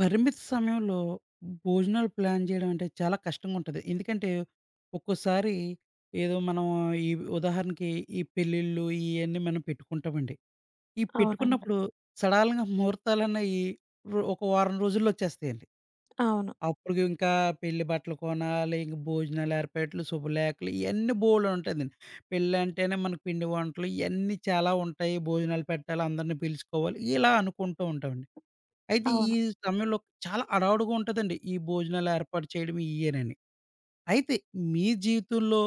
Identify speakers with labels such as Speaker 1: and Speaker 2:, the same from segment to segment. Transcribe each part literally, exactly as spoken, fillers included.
Speaker 1: పరిమిత సమయంలో భోజనాలు ప్లాన్ చేయడం అంటే చాలా కష్టంగా ఉంటది. ఎందుకంటే, ఒక్కోసారి ఏదో మనం ఈ ఉదాహరణకి ఈ పెళ్ళిళ్ళు ఇయన్నీ మనం పెట్టుకుంటామండి. ఈ
Speaker 2: అవునండి.
Speaker 1: పెట్టుకున్నప్పుడు సడాలంగా ముహూర్తాలన్నయి రొ ఒక వారం రోజుల్లో వచ్చేస్తాయండి.
Speaker 2: అవును.
Speaker 1: అప్పుడు ఇంకా పెళ్లి బట్టలు కొనాలి, ఇంక భోజనాలు ఏర్పాట్లు, శుభలేఖలు ఇయన్నీ బోలెడుంటాదండి. పెళ్ళంటేనే మనకు పిండి వంటలు ఇయన్నీ చాలా ఉంటాయి. భోజనాలు పెట్టాలి, అందరిని పిలుచుకోవాలి ఇలా అనుకుంటూ ఉంటామండి. అయితే ఈ
Speaker 2: అవును.
Speaker 1: సమయంలో చాలా హడావుడిగా ఉంటదండి. ఈ భోజనాలు ఏర్పాటు చేయడం ఇయేనండి. అయితే మీ జీవితంలో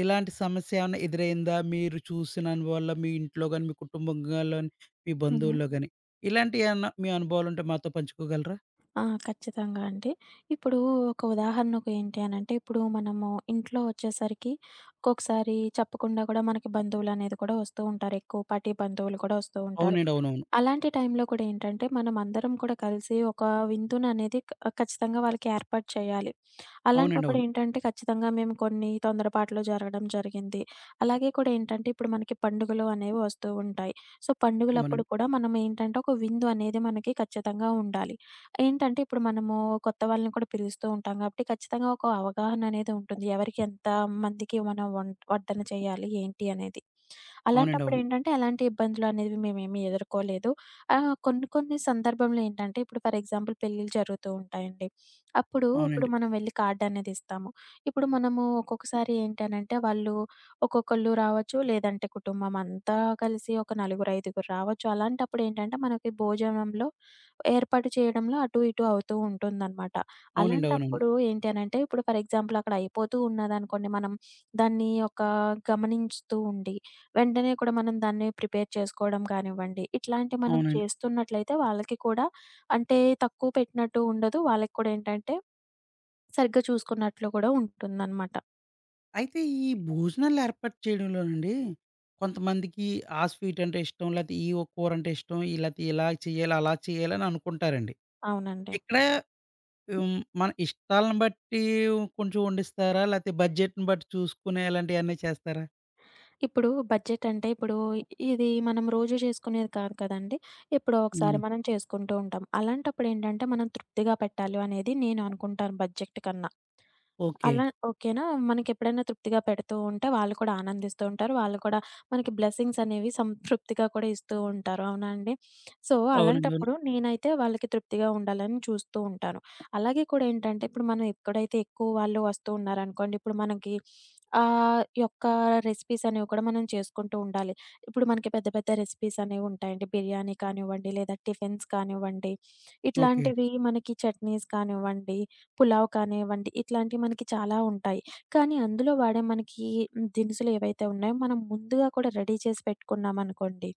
Speaker 1: ఇలాంటి సమస్య ఏమన్నా ఎదురైందా? మీరు చూసిన అనుభవాల్లో మీ ఇంట్లో గాని, మీ కుటుంబంలోని, మీ
Speaker 2: హుహు.
Speaker 1: బంధువుల్లో గాని ఇలాంటియి ఏమన్నా మీ అనుభవాలుంటే మాతో పంచుకోగలరా?
Speaker 2: ఆ! ఖచ్చితంగా అండి. ఇప్పుడు ఒక ఉదాహరణకు ఏంటి అనంటే, ఇప్పుడు మనము ఇంట్లో వచ్చేసరికి ఒక్కొక్కసారి చెప్పకుండా కూడా మనకి బంధువులనేది కూడా వస్తూ ఉంటారు. ఎక్కువ పార్టీ బంధువులు కూడా వస్తూ ఉంటారు.
Speaker 1: అవునండి. అవునవును.
Speaker 2: అలాంటి టైంలో కూడా ఏంటంటే, మనమందరం కూడా కలిసి ఒక విందుననేది క ఖచ్చితంగా వాళ్ళకి ఏర్పాటు చేయాలి.
Speaker 1: అవునండి.
Speaker 2: అలాంటప్పుడు
Speaker 1: అవును.
Speaker 2: ఏంటంటే, ఖచ్చితంగా మేము కొన్ని తొందరపాట్లు జరగడం జరిగింది. అలాగే కూడా ఏంటంటే, ఇప్పుడు మనకి పండుగలు అనేవి వస్తూ ఉంటాయి. సో, పండుగలప్పుడు
Speaker 1: అవునండి.
Speaker 2: కూడా మనం ఏంటంటే, ఒక విందు అనేది మనకి ఖచ్చితంగా ఉండాలి. ఏంటంటే, ఇప్పుడు మనము కొత్త వాళ్ళని కూడా పిలుస్తూ ఉంటాం గాబట్టి, ఖచ్చితంగా ఒక అవగాహన అనేది ఉంటుంది. ఎవరికి ఎంత మందికి మనం వం వడ్డన చేయాలి, ఏంటి అనేది.
Speaker 1: అవునండి. అవును.
Speaker 2: అలాంటప్పుడేంటంటే, ఎలాంటి ఇబ్బందులు అనేవి మేమేమి ఎదుర్కోలేదు. ఆహ్, కొన్ని కొన్ని సందర్భంలో ఏంటంటే, ఇప్పుడు ఫర్ ఎగ్జాంపుల్ పెళ్ళిళ్ళు జరుగుతూ ఉంటాయండి. అప్పుడు ఇప్పుడు
Speaker 1: అవునండి.
Speaker 2: మనం వెళ్లి కార్డ్ అనేది ఇస్తాము. ఇప్పుడు మనము ఒక్కొక్కసారి ఏంటనంటే, వాళ్ళు ఒక్కొక్కళ్ళు రావచ్చు, లేదంటే కుటుంబం అంతా కలిసి ఒక నలుగురు, ఐదుగురు రావచ్చు. అలాంటప్పుడేంటంటే, మనకి భోజనంలో ఏర్పాటు చేయడంలో అటు ఇటు అవుతూ ఉంటుందనమాట.
Speaker 1: అవునండి. అవునవును.
Speaker 2: అలాంటప్పుడు ఏంటి అనంటే, ఇప్పుడు ఫర్ ఎగ్జాంపుల్ అక్కడ అయిపోతూ ఉన్నదనుకోండి, మనం దాన్ని ఒక గమనించుతూ ఉండి, వెంటనే కూడా మనం దాన్ని ప్రిపేర్ చేసుకోవడం కానివ్వండి, ఇట్లాంటి మనం
Speaker 1: అవునండి.
Speaker 2: చేస్తున్నట్లయితే వాళ్ళకి కూడా అంటే తక్కువ పెట్టినట్టు ఉండదు. వాళ్ళకి కూడా ఏంటంటే, సరిగ్గా చూసుకున్నట్లు కూడా ఉంటుందనమాట.
Speaker 1: అయితే ఈ భోజనాలు ఏర్పాటు చేయడంలోనండి కొంతమందికి ఆ స్వీట్ అంటే ఇష్టం, లేతే ఈ కూర అంటే ఇష్టం, లేతే ఇలా చేయాలి, అలా చేయాలని అనుకుంటారండి.
Speaker 2: అవునండి.
Speaker 1: ఇక్కడ హ్మ్. మన ఇష్టాలను బట్టి కొంచెం వండిస్తారా? లేతే బడ్జెట్‌ని బట్టి చూసుకుని ఇలాంటియన్నీ చేస్తారా?
Speaker 2: ఇప్పుడు బడ్జెట్ అంటే ఇప్పుడు ఇది మనం రోజు చేసుకునేది కాదు కదండీ! ఎప్పుడో ఒకసారి
Speaker 1: అవును.
Speaker 2: మనం చేసుకుంటూ ఉంటాం. అలాంటప్పుడు ఏంటంటే మనం తృప్తిగా పెట్టాలి అనేది నేను అనుకుంటాను బడ్జెట్ కన్నా.
Speaker 1: ఓకే.
Speaker 2: అలా ఓకేనా? మనకెప్పుడైనా తృప్తిగా పెడుతూ ఉంటే వాళ్ళు కూడా ఆనందిస్తూ ఉంటారు. వాళ్ళు కూడా మనకి బ్లెస్సింగ్స్ అనేవి సంతృప్తిగా కూడా ఇస్తూ ఉంటారు. అవునా అండి? సో,
Speaker 1: అవునండి. అవును.
Speaker 2: అలాంటప్పుడు నేనైతే వాళ్ళకి తృప్తిగా ఉండాలని చూస్తూ ఉంటాను. అలాగే కూడా ఏంటంటే, ఇప్పుడు మనం ఎక్కడైతే ఎక్కువ వాళ్ళు వస్తూ ఉన్నారనుకోండి, ఇప్పుడు మనకి ఆహ్, యొక్క రెసిపీస్ అనేవి కూడా మనం చేసుకుంటూ ఉండాలి. ఇప్పుడు మనకి పెద్ద పెద్ద రెసిపీస్ అనేవి ఉంటాయండి. బిర్యానీ కానివ్వండి, లేదా టిఫిన్స్ కానివ్వండి,
Speaker 1: ఓకే.
Speaker 2: ఇట్లాంటివి మనకి చట్నీస్ కానివ్వండి, పులావ్ కానివ్వండి, ఇట్లాంటివి మనకి చాలా ఉంటాయి. కానీ అందులో వాడే మనకి దినుసులు ఏవైతే ఉన్నాయో, మనం ముందుగా కూడా రెడీ చేసి పెట్టుకున్నామనుకోండి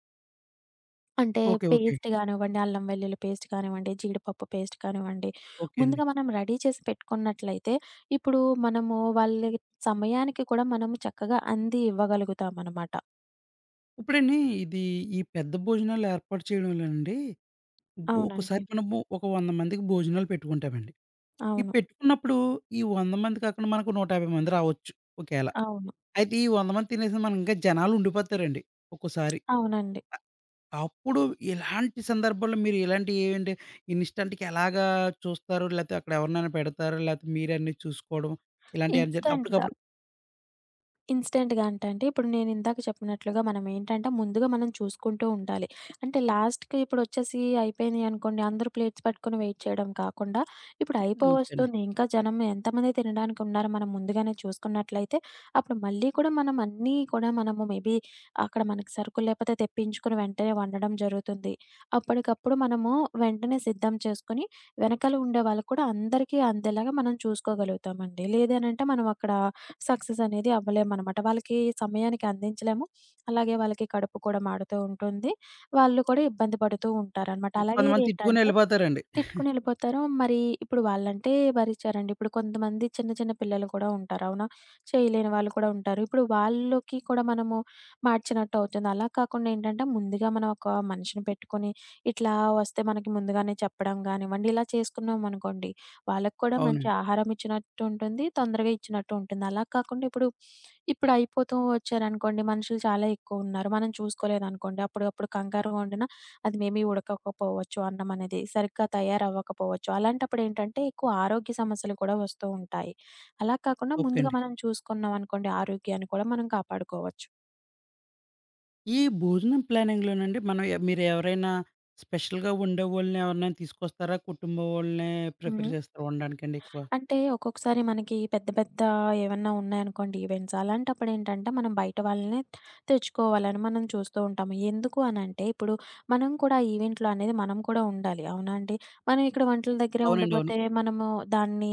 Speaker 2: అంటే
Speaker 1: ఓకే. ఓకే.
Speaker 2: పేస్ట్ గానివ్వండి, అల్లం వెల్లుల్లి పేస్ట్ కానివ్వండి, జీడిపప్పు పేస్ట్ కానివ్వండి,
Speaker 1: ఓకే అండి.
Speaker 2: ముందుగా మనం రెడీ చేసి పెట్టుకున్నట్లయితే, ఇప్పుడు మనము వాళ్ళకి సమయానికి కూడా మనము చక్కగా అంది ఇవ్వగలుగుతామనమాట.
Speaker 1: ఇప్పుడండి ఇది ఈ పెద్ద భోజనాలు ఏర్పాటు చేయడంలోనండి, ఇప్పుడు
Speaker 2: అవునండి.
Speaker 1: ఒక్కసారి మనము ఒక వంద మందికి భోజనాలు పెట్టుకుంటామండి. ఈ
Speaker 2: అవును.
Speaker 1: పెట్టుకున్నప్పుడు ఈ వంద మంది కాకుండా మనకు నూట యాభై మంది రావచ్చు ఒకేళ.
Speaker 2: అవును.
Speaker 1: అయితే ఈ వంద మంది తినేసి మనం ఇంకా జనాలుండిపోతారండి ఒక్కోసారి.
Speaker 2: అవునండి.
Speaker 1: అప్పుడు ఇలాంటి సందర్భాల్లో మీరు ఇలాంటి ఏంటి ఇన్‌స్టంట్‌కి ఎలాగా చూస్తారు? లేతే అక్కడ ఎవరినైనా పెడతారు? లేతే మీరే అన్నీ చూసుకోవడం ఇలాంటియేమైనా జరి
Speaker 2: ఇన్‌స్టంట్‌గా
Speaker 1: అప్పటికప్పుడు
Speaker 2: ఇన్‌స్టంట్‌గా అంటే అండి, ఇప్పుడు నేను ఇందాక చెప్పినట్లుగా మనమేంటంటే, ముందుగా మనం చూసుకుంటూ ఉండాలి. అంటే లాస్ట్‌కి ఇప్పుడొచ్చేసి అయిపోయినియి అనుకోండి, అందరూ ప్లేట్స్ పట్టుకొని వెయిట్ చేయడం కాకుండా, ఇప్పుడు
Speaker 1: ఓకే అండి.
Speaker 2: అయిపోవస్తుంది, ఇంకా జనం ఎంతమంది తినడానికి ఉన్నారో మనం ముందుగానే చూసుకున్నట్లయితే, అప్పుడు మళ్ళీ కూడా మనం అన్నీ కూడా మనము మేబీ అక్కడ మనకి సరుకులు లేపోతే తెప్పించుకొని వెంటనే వండడం జరుగుతుంది. అప్పటికప్పుడు మనము వెంటనే సిద్ధం చేసుకొని, వెనకాల ఉండే వాళ్ళకి కూడా అందరికీ అందేలాగా మనం చూసుకోగలుగుతామండి. లేదనంటే మనం అక్కడ సక్సెస్ అనేది అవ్వలేమనమాట. వాళ్ళకి సమయానికి అందించలేము. అలాగే వాళ్ళకి కడుపు కూడా మాడుతూ ఉంటుంది. వాళ్ళు కూడా ఇబ్బంది పడుతూ ఉంటారనమాట. అలాగే
Speaker 1: కొంతమంది తిట్టుకొని
Speaker 2: ఏంటంటే
Speaker 1: ఎళ్ళిపోతారండి.
Speaker 2: తిట్టుకొని ఎళ్ళిపోతారు. మరి ఇప్పుడు వాళ్ళంటే భరించారండి. ఇప్పుడు కొంతమంది చిన్న చిన్న పిల్లలు కూడా ఉంటారు. అవునా? చేయలేని వాళ్ళు కూడా ఉంటారు. ఇప్పుడు వాళ్ళకి కూడా మనము మార్చినట్టు అవుతుంది. అలా కాకుండా ఏంటంటే ముందుగా మనం ఒక మనిషిని పెట్టుకొని ఇట్లా వస్తే మనకి ముందుగానే చెప్పడం గానివ్వండి, ఇలా చేసుకున్నామనుకోండి వాళ్ళకి కూడా మంచి
Speaker 1: అవునండి.
Speaker 2: ఆహారం ఇచ్చినట్టు ఉంటుంది. తొందరగా ఇచ్చినట్టు ఉంటుంది. అలా కాకుండా ఇప్పుడు, ఇప్పుడు అయిపోతూ వచ్చారనుకోండి మనుషులు చాలా ఎక్కువున్నారు. మనం చూసుకోలేదనుకోండి అప్పుడప్పుడు కంగారుగా ఉండి అది మేబీ ఉడకకపోవచ్చు, అన్నం అనేది. సరిగ్గా తయారవ్వకపోవచ్చు. అలాంటప్పుడు ఏంటంటే, ఎక్కువ ఆరోగ్య సమస్యలు కూడా వస్తూ ఉంటాయి. అలా కాకుండా
Speaker 1: ఓకే
Speaker 2: ముందుగా
Speaker 1: అండి.
Speaker 2: మనం చూసుకున్నామనుకోండి ఆరోగ్యాన్ని కూడా మనం కాపాడుకోవచ్చు.
Speaker 1: ఈ భోజనం ప్లానింగ్‌లోనండి మనం ఎ మీరు ఎవరైనా స్పెషల్‌గా వండేవోళ్ళని ఎవరినైనా తీసుకొస్తారా? కుటుంబం వోళ్ళనే
Speaker 2: హుహు.
Speaker 1: ప్రిఫర్ చేస్తారా వండడానికండి ఎక్కువ?
Speaker 2: అంటే ఒక్కొక్కసారి మనకి పెద్ద పెద్ద ఏమన్నా ఉన్నాయనుకోండి ఈవెంట్స్. అలాంటప్పుడు ఏంటంటే మనం బయట వాళ్ళనే తెచ్చుకోవాలని మనం చూస్తూ ఉంటాము. ఎందుకు అనంటే ఇప్పుడు మనం కూడా ఆ ఈవెంట్‌లో అనేది మనం కూడా ఉండాలి. అవునా అండి? మనం ఇక్కడ వంటల దగ్గరే
Speaker 1: అవునండి. అవును.
Speaker 2: ఉండిపోతే మనము దాన్ని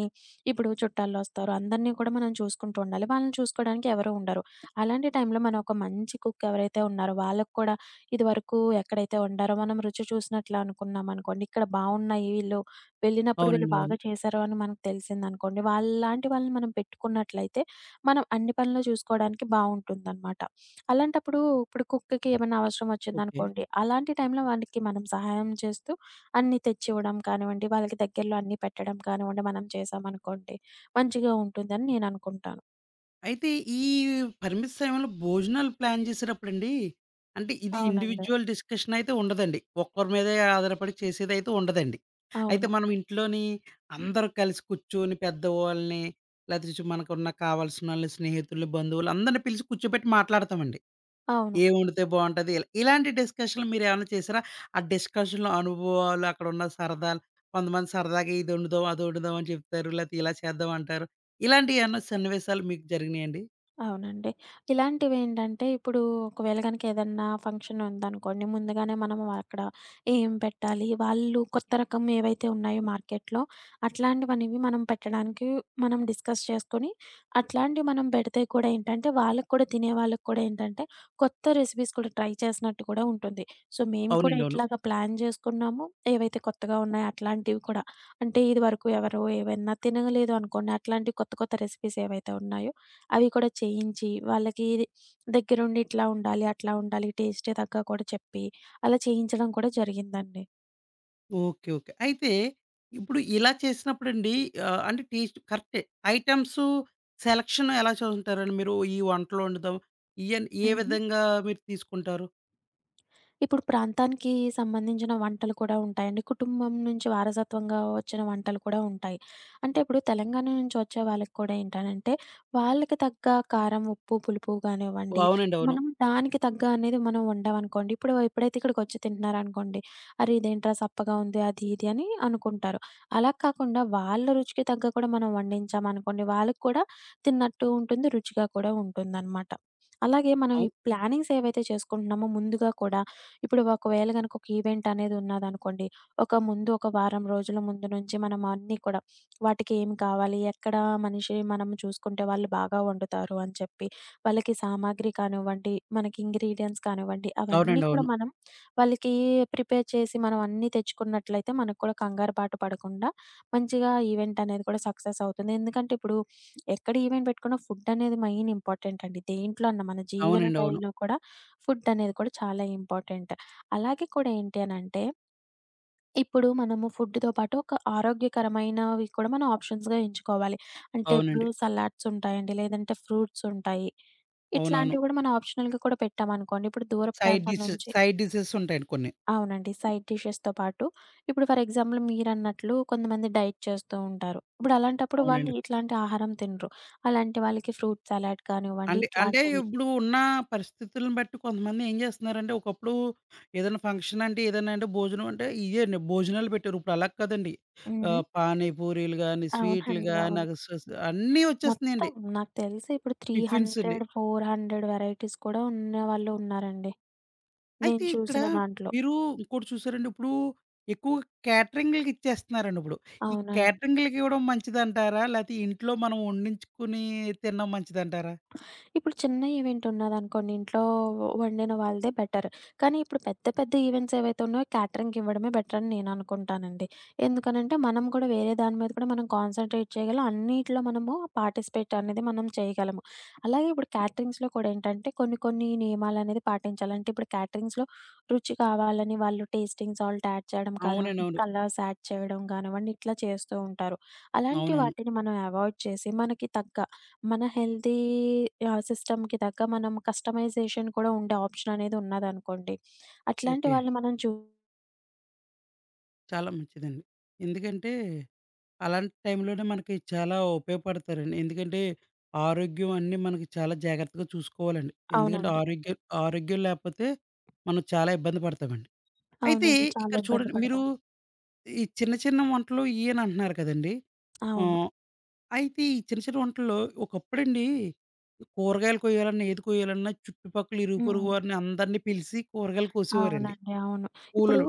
Speaker 2: ఇప్పుడు చుట్టాలొస్తారు. అందరిని కూడా మనం చూసుకుంటూ ఉండాలి. వాళ్ళని చూసుకోవడానికి ఎవరు ఉండరు. అలాంటి టైంలో మనం ఒక మంచి కుక్ ఎవరైతే ఉన్నారో వాళ్ళకి కూడా ఇదివరకు ఎక్కడైతే వండారో మనం రుచి చూసినట్లు అనుకున్నామనుకోండి. ఇక్కడ బావున్నాయి వీళ్ళు వెళ్ళినప్పుడు వీళ్ళు
Speaker 1: అవునండి. అవును.
Speaker 2: బాగా చేశారు అని మనకు తెలిసిందనుకోండి, వాళ్ళలాంటి వాళ్ళని మనం పెట్టుకున్నట్లయితే, మనం అన్ని పనులు చూసుకోవడానికి బావుంటుందనమాట. అలాంటప్పుడు ఇప్పుడు కుక్‌కి ఏమన్నా అవసరం
Speaker 1: ఓకే.
Speaker 2: వచ్చిందనుకోండి, అలాంటి టైంలో వానికి మనం సహాయం చేస్తూ అన్నీ తెచ్చివ్వడం కానివ్వండి, వాళ్ళకి దగ్గరలో అన్నీ పెట్టడం కానివ్వండి, మనం చేశామనుకోండి మంచిగా ఉంటుందని నేననుకుంటాను.
Speaker 1: అయితే ఈ పరిమిత సమయంలో భోజనాలు ప్లాన్ చేసేటప్పుడండి, అంటే ఇది
Speaker 2: అవునండి.
Speaker 1: ఇండివిడ్యువల్ డిస్కషన్ అయితే ఉండదండి. ఒక్కరి మీదే ఆధారపడి చేసేదైతే ఉండదండి. అయితే
Speaker 2: అవును.
Speaker 1: మనం ఇంట్లోని అందరూ కలిసి కూర్చొని పెద్దవాళ్ళని, లేతే చు మనకున్న కావాల్సినోళ్ళని, స్నేహితుల్ని, బంధువులు అందరిని పిలిచి కూర్చోబెట్టి మాట్లాడతామండి.
Speaker 2: అవును.
Speaker 1: ఏం వండితే బావుంటది? ఇలా ఇలాంటి డిస్కషన్‌లు మీరేమన్నా చేసారా? ఆ డిస్కషన్‌లో అనుభవాలు, అక్కడున్న సరదాలు కొంతమంది సరదాగా ఇది వండుదాం, అది వండుదాం అని చెప్తారు. లేతే ఇలా చేద్దాం అంటారు. ఇలాంటియేమన్నా సన్నివేశాలు మీకు జరిగినాయండి?
Speaker 2: అవునండి. ఇలాంటివేంటంటే, ఇప్పుడు ఒకవేళ గనక ఏదన్నా ఫంక్షన్ ఉందనుకోండి, ముందుగానే మనం అక్కడ ఏం పెట్టాలి, వాళ్ళు కొత్త రకం ఏవైతే ఉన్నాయో మార్కెట్‌లో, అట్లాంటివనేవి మనం పెట్టడానికి మనం డిస్కస్ చేసుకొని, అట్లాంటివి మనం పెడితే కూడా ఏంటంటే, వాళ్ళకి కూడా తినే వాళ్ళకి కూడా ఏంటంటే, కొత్త రెసిపీస్ కూడా ట్రై చేసినట్టు కూడా ఉంటుంది. సో, మేము కూడా
Speaker 1: అవునండి. అవును.
Speaker 2: ఇట్లాగా ప్లాన్ చేసుకున్నాము. ఏవైతే కొత్తగా ఉన్నాయో అట్లాంటివి కూడా. అంటే, ఇదివరకు ఎవరో ఏవన్నా తినలేదు అనుకోండి, అట్లాంటి కొత్త కొత్త రెసిపీస్ ఏవైతే ఉన్నాయో అవి కూడా చేయించి, వాళ్ళకి దగ్గరుండి ఇట్లా ఉండాలి, అట్లా ఉండాలి, టేస్ట్‌కి తగ్గ కూడా చెప్పి, అలా చేయించడం కూడా జరిగిందండి.
Speaker 1: ఓకే. ఓకే. అయితే ఇప్పుడు ఇలా చేసినప్పుడండి ఆహ్, అంటే టేస్ట్ కరెక్టే. ఐటెమ్సు సెలక్షన్ ఎలా చూసుంటారండి మీరు? ఈ వంటలో వండుదాం ఇయన్ ఏ
Speaker 2: హ్మ్.
Speaker 1: విధంగా మీరు తీసుకుంటారు?
Speaker 2: ఇప్పుడు ప్రాంతానికి సంబంధించిన వంటలు కూడా ఉంటాయండి. కుటుంబం నుంచి వారసత్వంగా వచ్చిన వంటలు కూడా ఉంటాయి. అంటే ఇప్పుడు తెలంగాణ నుంచి వచ్చే వాళ్ళకి కూడా ఏంటనంటే, వాళ్ళకి తగ్గ కారం, ఉప్పు, పులుపు
Speaker 1: ఓహ్!
Speaker 2: గానివ్వండి,
Speaker 1: అవునండి. అవును.
Speaker 2: మనం దానికి తగ్గ అనేది మనం వండామనుకోండి. ఇప్పుడు ఎప్పుడైతే ఇక్కడికొచ్చి తింటున్నారనుకోండి, "అరే! ఇదేంట్రా సప్పగా ఉంది" అది, ఇది అని అనుకుంటారు. అలా కాకుండా వాళ్ళ రుచికి తగ్గ కూడా మనం వండించామనుకోండి, వాళ్ళకి కూడా తిన్నట్టు ఉంటుంది. రుచిగా కూడా ఉంటుందనమాట. అలాగే మనం ఈ
Speaker 1: అవు
Speaker 2: ప్లానింగ్స్ ఏవైతే చేసుకుంటున్నామో ముందుగా కూడా ఇప్పుడు ఒకవేళ గనుక ఒక ఈవెంట్ అనేది ఉన్నదనుకోండి. ఒక ముందు ఒక వారం రోజుల ముందు నుంచి మనం అన్నీ కూడా వాటికి ఏం కావాలి? ఎక్కడ మనిషి మనం చూసుకుంటే వాళ్ళు బాగా వండుతారు అని చెప్పి, వాళ్ళకి సామాగ్రి కానివ్వండి, మనకి ఇంగ్రీడియెంట్స్ కానివ్వండి, అవన్నీ
Speaker 1: అవునండి.
Speaker 2: కూడా
Speaker 1: అవును.
Speaker 2: మనం వాళ్ళకి ప్రిపేర్ చేసి మనం అన్నీ తెచ్చుకున్నట్లయితే మనకు కూడా కంగారు బాటు పడకుండా మంచిగా ఈవెంట్ అనేది కూడా సక్సెస్ అవుతుంది. ఎందుకంటే ఇప్పుడు ఎక్కడ ఈవెంట్ పెట్టుకున్న ఫుడ్ అనేది మెయిన్ ఇంపార్టెంట్ అండి. దేంట్లో అన్న మన జీవన
Speaker 1: అవునండి. అవును.
Speaker 2: శైలిలో కూడా ఫుడ్ అనేది కూడా చాలా ఇంపార్టెంట్. అలాగే కూడా ఏంటి అనంటే, ఇప్పుడు మనము ఫుడ్‌తో పాటు ఒక ఆరోగ్యకరమైనవి కూడా మనం ఆప్షన్స్‌గా ఎంచుకోవాలి. అంటే ఇప్పుడు
Speaker 1: అవునండి.
Speaker 2: సలాడ్స్ ఉంటాయండి. లేదంటే ఫ్రూట్స్ ఉంటాయి.
Speaker 1: అవునవును.
Speaker 2: ఇట్లాంటివి కూడా మనం ఆప్షనల్‌గా కూడా పెట్టామనుకోండి. ఇప్పుడు దూర
Speaker 1: సైడ్
Speaker 2: ప్రాంతం
Speaker 1: డిషెస్
Speaker 2: నుంచి
Speaker 1: సైడ్ డిషెస్ ఉంటాయండి కొన్ని.
Speaker 2: అవునండి. సైడ్ డిషెస్‌తో పాటు ఇప్పుడు ఫర్ ఎగ్జాంపుల్ మీరన్నట్లు కొంతమంది డైట్ చేస్తూ ఉంటారు. ఇప్పుడు అలాంటప్పుడు వాళ్ళు
Speaker 1: అవునండి.
Speaker 2: ఇట్లాంటి ఆహారం తినరు. అలాంటి వాళ్ళకి ఫ్రూట్ సలాడ్ కానివ్వండి
Speaker 1: అంటే అంటే
Speaker 2: ఇట్లాంటివి.
Speaker 1: ఇప్పుడు ఉన్న పరిస్థితులను బట్టి కొంతమంది ఏం చేస్తున్నారంటే, ఒకప్పుడు ఏదైనా ఫంక్షన్ అంటే, ఏదైనా అంటే భోజనం అంటే ఇయ్యండి భోజనాలు పెట్టారు. ఇప్పుడు అలా కాదండి.
Speaker 2: హుహు.
Speaker 1: ఆహ్, పానీ పూరీలు గాని, స్వీట్లు
Speaker 2: అవునండి.
Speaker 1: గాని,
Speaker 2: అవును.
Speaker 1: అగసస్ అన్నీ
Speaker 2: మొత్తం
Speaker 1: వచ్చేస్తున్నాయండి.
Speaker 2: నాకు తెలిసి ఇప్పుడు
Speaker 1: టిఫిన్స్
Speaker 2: మూడు వందల,
Speaker 1: అండి.
Speaker 2: నాలుగు వందల వెరైటీస్ కూడా ఉన్నవాళ్ళు ఉన్నారండి. నేను
Speaker 1: అయితే ఇక్కడ
Speaker 2: చూసిన దాంట్లో.
Speaker 1: మీరు ఇంకోటి చూసారండి, ఇప్పుడు ఎక్కువ క్యాటరింగ్‌లకి ఇచ్చేస్తున్నారండి ఇప్పుడు. ఈ
Speaker 2: అవునండి.
Speaker 1: క్యాటరింగ్‌లకి ఇవ్వడం మంచిదంటారా? లేతే ఇంట్లో మనం వండించుకొని తినడం మంచిదంటారా?
Speaker 2: ఇప్పుడు చిన్న ఈవెంట్ ఉన్నదనుకోండి ఇంట్లో వండిన వాళ్ళదే బెటర్. కానీ ఇప్పుడు పెద్ద పెద్ద ఈవెంట్స్ ఏవైతే ఉన్నాయో క్యాటరింగ్‌కి ఇవ్వడమే బెటర్ అని నేననుకుంటానండి. ఎందుకనంటే మనం కూడా వేరే దాని మీద కూడా మనం కాన్సంట్రేట్ చేయగలం. అన్నిట్లో మనము పార్టిసిపేట్ అనేది మనం చేయగలము. అలాగే ఇప్పుడు క్యాటరింగ్స్‌లో కూడా ఏంటంటే కొన్ని కొన్ని నియమాలనేది పాటించాలి. అంటే ఇప్పుడు క్యాటరింగ్స్‌లో రుచి కావాలని వాళ్ళు టేస్టింగ్ సాల్ట్ యాడ్ చేయడం
Speaker 1: అవునండి.
Speaker 2: కానివ్వండి,
Speaker 1: అవును.
Speaker 2: కలర్స్ యాడ్ చేయడం కానివ్వండి, ఇట్లా చేస్తూ ఉంటారు. అలాంటి
Speaker 1: అవునవును.
Speaker 2: వాటిని మనం అవాయిడ్ చేసి మనకి తగ్గ మన హెల్తీ ఆహ్, సిస్టమ్‌కి తగ్గ మనం కస్టమైజేషన్ కూడా ఉండే ఆప్షన్ అనేది ఉన్నదనుకోండి. అట్లాంటి
Speaker 1: ఓకే.
Speaker 2: వాళ్ళు మనం చూ
Speaker 1: చాలా మంచిదండి. ఎందుకంటే అలాంటి టైంలోనే మనకి చాలా ఉపయోగపడతారండి. ఎందుకంటే, ఆరోగ్యం అన్నీ మనకి చాలా జాగ్రత్తగా చూసుకోవాలండి. ఎందుకంటే,
Speaker 2: అవునండి.
Speaker 1: ఆరోగ్యం ఆరోగ్యం లేపోతే మనం చాలా ఇబ్బంది పడతామండి. అయితే
Speaker 2: అవునండి. చాలా
Speaker 1: ఇక్కడ
Speaker 2: ఇబ్బంది
Speaker 1: చూడండి మీరు
Speaker 2: పడతాం.
Speaker 1: ఈ చిన్న, చిన్న వంటలు ఇయ్యి అని అంటున్నారు కదండీ!
Speaker 2: అవును.
Speaker 1: ఆహ్, అయితే ఈ చిన్న, చిన్న వంటల్లో ఒకప్పుడండి కూరగాయలు కొయ్యాలన్నా, ఏది కొయ్యాలన్నా చుట్టుపక్కల ఇరుగు
Speaker 2: హ్మ్.
Speaker 1: పొరుగు వారిని అందరిని పిలిసి కూరగాయలు కోసేవారండి.
Speaker 2: అవునండి. అవును. ఇప్పుడు
Speaker 1: కూలోళ్ళు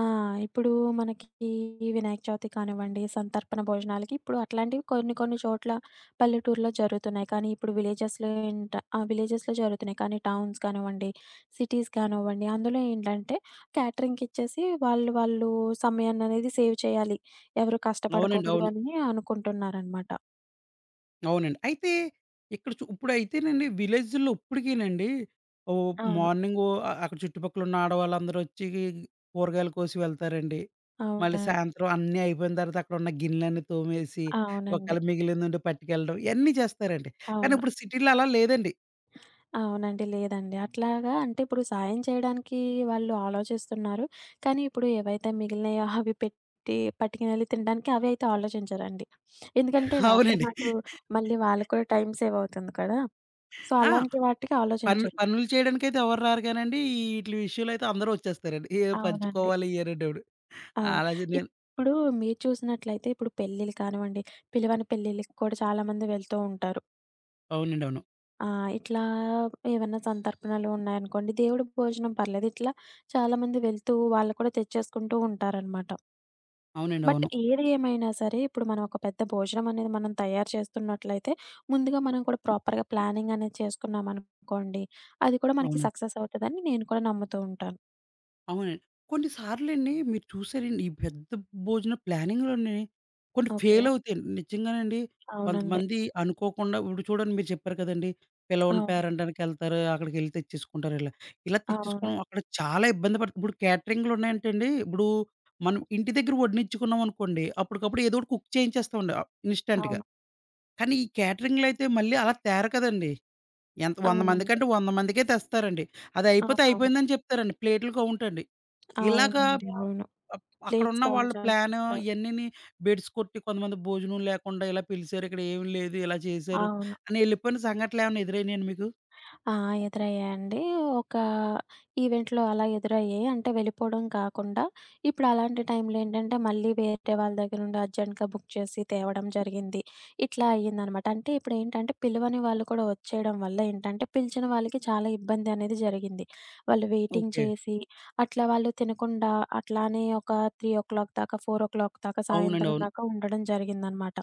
Speaker 2: ఆ! ఇప్పుడు మనకి ఈ వినాయక చవితి కానివ్వండి, సంతర్పణ భోజనాలకి ఇప్పుడు అట్లాంటివి కొన్ని కొన్ని చోట్ల పల్లెటూరులో జరుగుతున్నాయి. కానీ ఇప్పుడు విలేజెస్‌లో ఏంట ఆ! విలేజెస్‌లో జరుగుతున్నాయి. కానీ టౌన్స్ కానివ్వండి, సిటీస్ కానివ్వండి, అందులో ఏంటంటే క్యాటరింగ్‌కి ఇచ్చేసి వాళ్ళు వాళ్ళు సమయాన్ననేది సేవ్ చేయాలి. ఎవరు
Speaker 1: అవునండి.
Speaker 2: కష్టపడకూడదు
Speaker 1: అవును.
Speaker 2: అని అనుకుంటున్నారనమాట.
Speaker 1: అవునండి. అయితే ఇక్కడ చు ఇప్పుడైతేనండి విలేజ్‌ల్లో ఇప్పటికీనండి ఓహ్!
Speaker 2: అవును.
Speaker 1: మార్నింగు అ అక్కడ చుట్టుపక్కలున్న ఆడవాళ్ళందరొచ్చి కూరగాయలు కోసి వెళ్తారండి. మళ్ళీ
Speaker 2: అవునండి.
Speaker 1: సాయంత్రం అన్నీ అయిపోయిన తర్వాత అక్కడున్న గిన్నెలన్నీ తోమేసి,
Speaker 2: అవునండి.
Speaker 1: ఒకవేళ మిగిలిందుంటే పట్టుకెళ్ళడం ఇయన్నీ చేస్తారండి. కానీ
Speaker 2: అవును.
Speaker 1: ఇప్పుడు సిటీలో అలా లేదండి.
Speaker 2: అవునండి. లేదండి. అట్లాగా అంటే ఇప్పుడు సాయం చేయడానికి వాళ్ళు ఆలోచిస్తున్నారు. కానీ ఇప్పుడు ఏవైతే మిగిలినయో అవి పెట్టి పట్టుకెళ్ళి తినడానికి అవి అయితే ఆలోచించరండి. ఎందుకంటే రాత్రి
Speaker 1: అవునండి.
Speaker 2: మాటు మళ్ళీ వాళ్ళకి కూడా టైం సేవ్ అవుతుంది కదా! సో,
Speaker 1: ఆ!
Speaker 2: అలాంటి వాటికి
Speaker 1: పనులు
Speaker 2: ఆలోచించరు.
Speaker 1: పనులు చేయడానికైతే ఎవరు రారు కానండి, ఈ ఈట్లి విషయంలో అయితే అందరూ వచ్చేస్తారండి. ఏదో
Speaker 2: అవునండి.
Speaker 1: పంచుకోవాలి ఇయ్యనంటప్పుడు.
Speaker 2: అవును.
Speaker 1: అలాగే నేను
Speaker 2: ఇప్పుడు మీరు చూసినట్లయితే ఇప్పుడు పెళ్ళిళ్ళు కానివ్వండి, పిలవని పెళ్ళిళ్ళకి కూడా చాలామంది వెళ్తూ ఉంటారు.
Speaker 1: అవునండి. అవును.
Speaker 2: ఆ! ఇట్లా ఏవన్నా సంతర్పణలు ఉన్నాయనుకోండి, దేవుడి భోజనం పర్లేదు. ఇట్లా చాలామంది వెళ్తూ వాళ్ళు కూడా తెచ్చేసుకుంటూ ఉంటారనమాట.
Speaker 1: అవునండి.
Speaker 2: బట్
Speaker 1: అవును.
Speaker 2: ఏది ఏమైనా సరే, ఇప్పుడు మనం ఒక పెద్ద భోజనం అనేది మనం తయారు చేస్తున్నట్లయితే, ముందుగా మనం కూడా ప్రాపర్‌గా ప్లానింగ్ అనేది చేసుకున్నామనుకోండి, అది కూడా మనకి
Speaker 1: అవునండి.
Speaker 2: సక్సెస్ అవుతదని నేను కూడా నమ్ముతూ ఉంటాను.
Speaker 1: అవునండి. కొన్ని సార్లండి మీరు చూసారండి ఈ పెద్ద భోజన ప్లానింగ్‌లోనే కొన్ని
Speaker 2: ఓకే.
Speaker 1: ఫెయిల్ అవుతాయండి. నిజంగానండి
Speaker 2: అవునండి.
Speaker 1: కొంతమంది అనుకోకుండా ఇప్పుడు చూడండి మీరు చెప్పారు కదండీ! పిలవని
Speaker 2: అవును.
Speaker 1: పేరెంట్ అనకెళ్తారు. అక్కడికెళ్లి తెచ్చేసుకుంటారు ఇలా. ఇలా
Speaker 2: అవును.
Speaker 1: తెచ్చేసుకోవడం అక్కడ చాలా ఇబ్బంది పడుతుంది. ఇప్పుడు క్యాటరింగ్‌లు ఉన్నాయంటే అండి ఇప్పుడు మనం ఇంటి దగ్గర వడ్డించుకున్నాం అనుకోండి అప్పటికప్పుడు ఏదో ఒకటి కుక్ చేయించేస్తామండి ఆహ్, ఇన్‌స్టాంట్‌గా.
Speaker 2: అవును.
Speaker 1: కానీ ఈ క్యాటరింగ్‌లో అయితే మళ్ళీ అలా తేరు కదండీ! ఎంత వంద
Speaker 2: అవునండి.
Speaker 1: మందికంటే వంద మందికే తెస్తారండి. అదయిపోతే
Speaker 2: అవునవును.
Speaker 1: అయిపోయిందని చెప్తారండి. ప్లేట్‌లు కౌంటండి. ఇలాగా
Speaker 2: అవునండి. అవును.
Speaker 1: అప్
Speaker 2: ప్లేట్స్
Speaker 1: అక్కడున్న
Speaker 2: కౌంట్
Speaker 1: వాళ్ళ ప్లాను
Speaker 2: చేస్తారు.
Speaker 1: ఇయన్నీని బెడిసి కొట్టి కొంతమంది భోజనం లేకుండా ఇలా పిలిసారు, ఇక్కడ ఏమి లేదు, ఇలా చేశారు
Speaker 2: అవును.
Speaker 1: అని యెళ్ళిపోయిన సంఘటనలేమన్నా ఎదురైనాయండి మీకు?
Speaker 2: ఆ! ఎదురయ్యాయండి. ఒక ఈవెంట్‌లో అలా ఎదురయ్యాయి. అంటే వెళ్ళిపోవడం కాకుండా, ఇప్పుడు అలాంటి టైంలో ఏంటంటే, మళ్ళీ వేరే వాళ్ళ దగ్గర నుండి అర్జెంట్‌గా బుక్ చేసి తేవడం జరిగింది. ఇట్లా అయ్యిందనమాట. అంటే ఇప్పుడేంటంటే, పిలవని వాళ్ళు కూడా వచ్చేయడం వల్ల ఏంటంటే, పిలిచిన వాళ్ళకి చాలా ఇబ్బంది అనేది జరిగింది. వాళ్ళు వెయిటింగ్
Speaker 1: ఓకే.
Speaker 2: చేసి, అట్లా వాళ్ళు తినకుండా అట్లానే ఒక మూడు గంటల దాకా, నాలుగు గంటల దాకా,
Speaker 1: అవునండి.
Speaker 2: సాయంత్రం
Speaker 1: అవును.
Speaker 2: దాకా ఉండడం జరిగిందనమాట.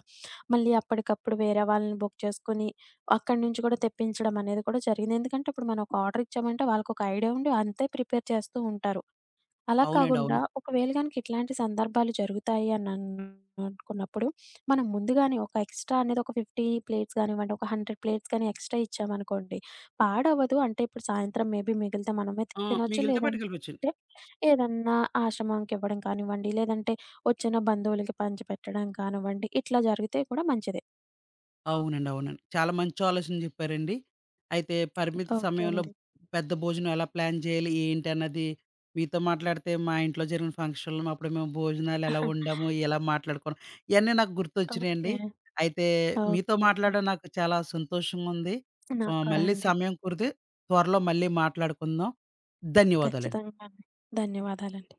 Speaker 2: మళ్ళీ అప్పటికప్పుడు వేరే వాళ్ళని బుక్ చేసుకొని అక్కడి నుంచి కూడా తెప్పించడం అనేది కూడా జరిగింది. ఎందుకంటే ఇప్పుడు మనం ఒక ఆర్డర్ ఇచ్చామంటే వాళ్ళకొక ఐడియా ఉండి అంతే ప్రిపేర్ చేస్తూ ఉంటారు. అలా
Speaker 1: అవునండి.
Speaker 2: కాకుండా
Speaker 1: అవును.
Speaker 2: ఒకవేళ గనక ఇట్లాంటి సందర్భాలు జరుగుతాయి అని అన్- అనుకున్నప్పుడు మనం ముందుగానే ఒక ఎక్స్‌ట్రా అనేది ఒక యాభై ప్లేట్స్ గానివ్వండి, ఒక వంద ప్లేట్స్ గాని ఎక్స్‌ట్రా ఇచ్చామనుకోండి పాడవ్వదు. అంటే ఇప్పుడు సాయంత్రం మేబీ మిగిలితే మనమే
Speaker 1: ఆ!
Speaker 2: తినొచ్చు.
Speaker 1: మిగిలితే పట్టుకెళ్ళిపోవచ్చు.
Speaker 2: లేదంటే ఏదన్నా ఆశ్రమంకి ఇవ్వడం కానివ్వండి, లేదంటే వచ్చిన బంధువులకి పంచిపెట్టడం కానివ్వండి, ఇట్లా జరిగితే కూడా మంచిదే.
Speaker 1: అవునండి. అవునండి. చాలా మంచి ఆలోచన జెప్పారండి. అయితే పరిమిత
Speaker 2: ఓకే
Speaker 1: సమయంలో
Speaker 2: అండి.
Speaker 1: పెద్ద భోజనం ఎలా ప్లాన్ చేయాలి, ఏంటన్నది మీతో మాట్లాడితే మా ఇంట్లో జరిగిన ఫంక్షన్‌లో అప్పుడు మేము భోజనాలు ఎలా వండాము, ఎలా మాట్లాడుకున్నాం, ఇయన్నీ నాకు గుర్తొచ్చినియండి.
Speaker 2: ఓకే.
Speaker 1: అయితే మీతో
Speaker 2: ఓకే అండి.
Speaker 1: మాట్లాడడం నాకు చాలా సంతోషంగుంది.
Speaker 2: నాకు
Speaker 1: ఆహ్,
Speaker 2: కూడా
Speaker 1: మళ్ళీ
Speaker 2: అండి.
Speaker 1: సమయం కుదిరితే త్వరలో మళ్ళీ మాట్లాడుకుందాం. ధన్యవాదాలండి.
Speaker 2: ఖచ్చితంగా అండి. ధన్యవాదాలండి.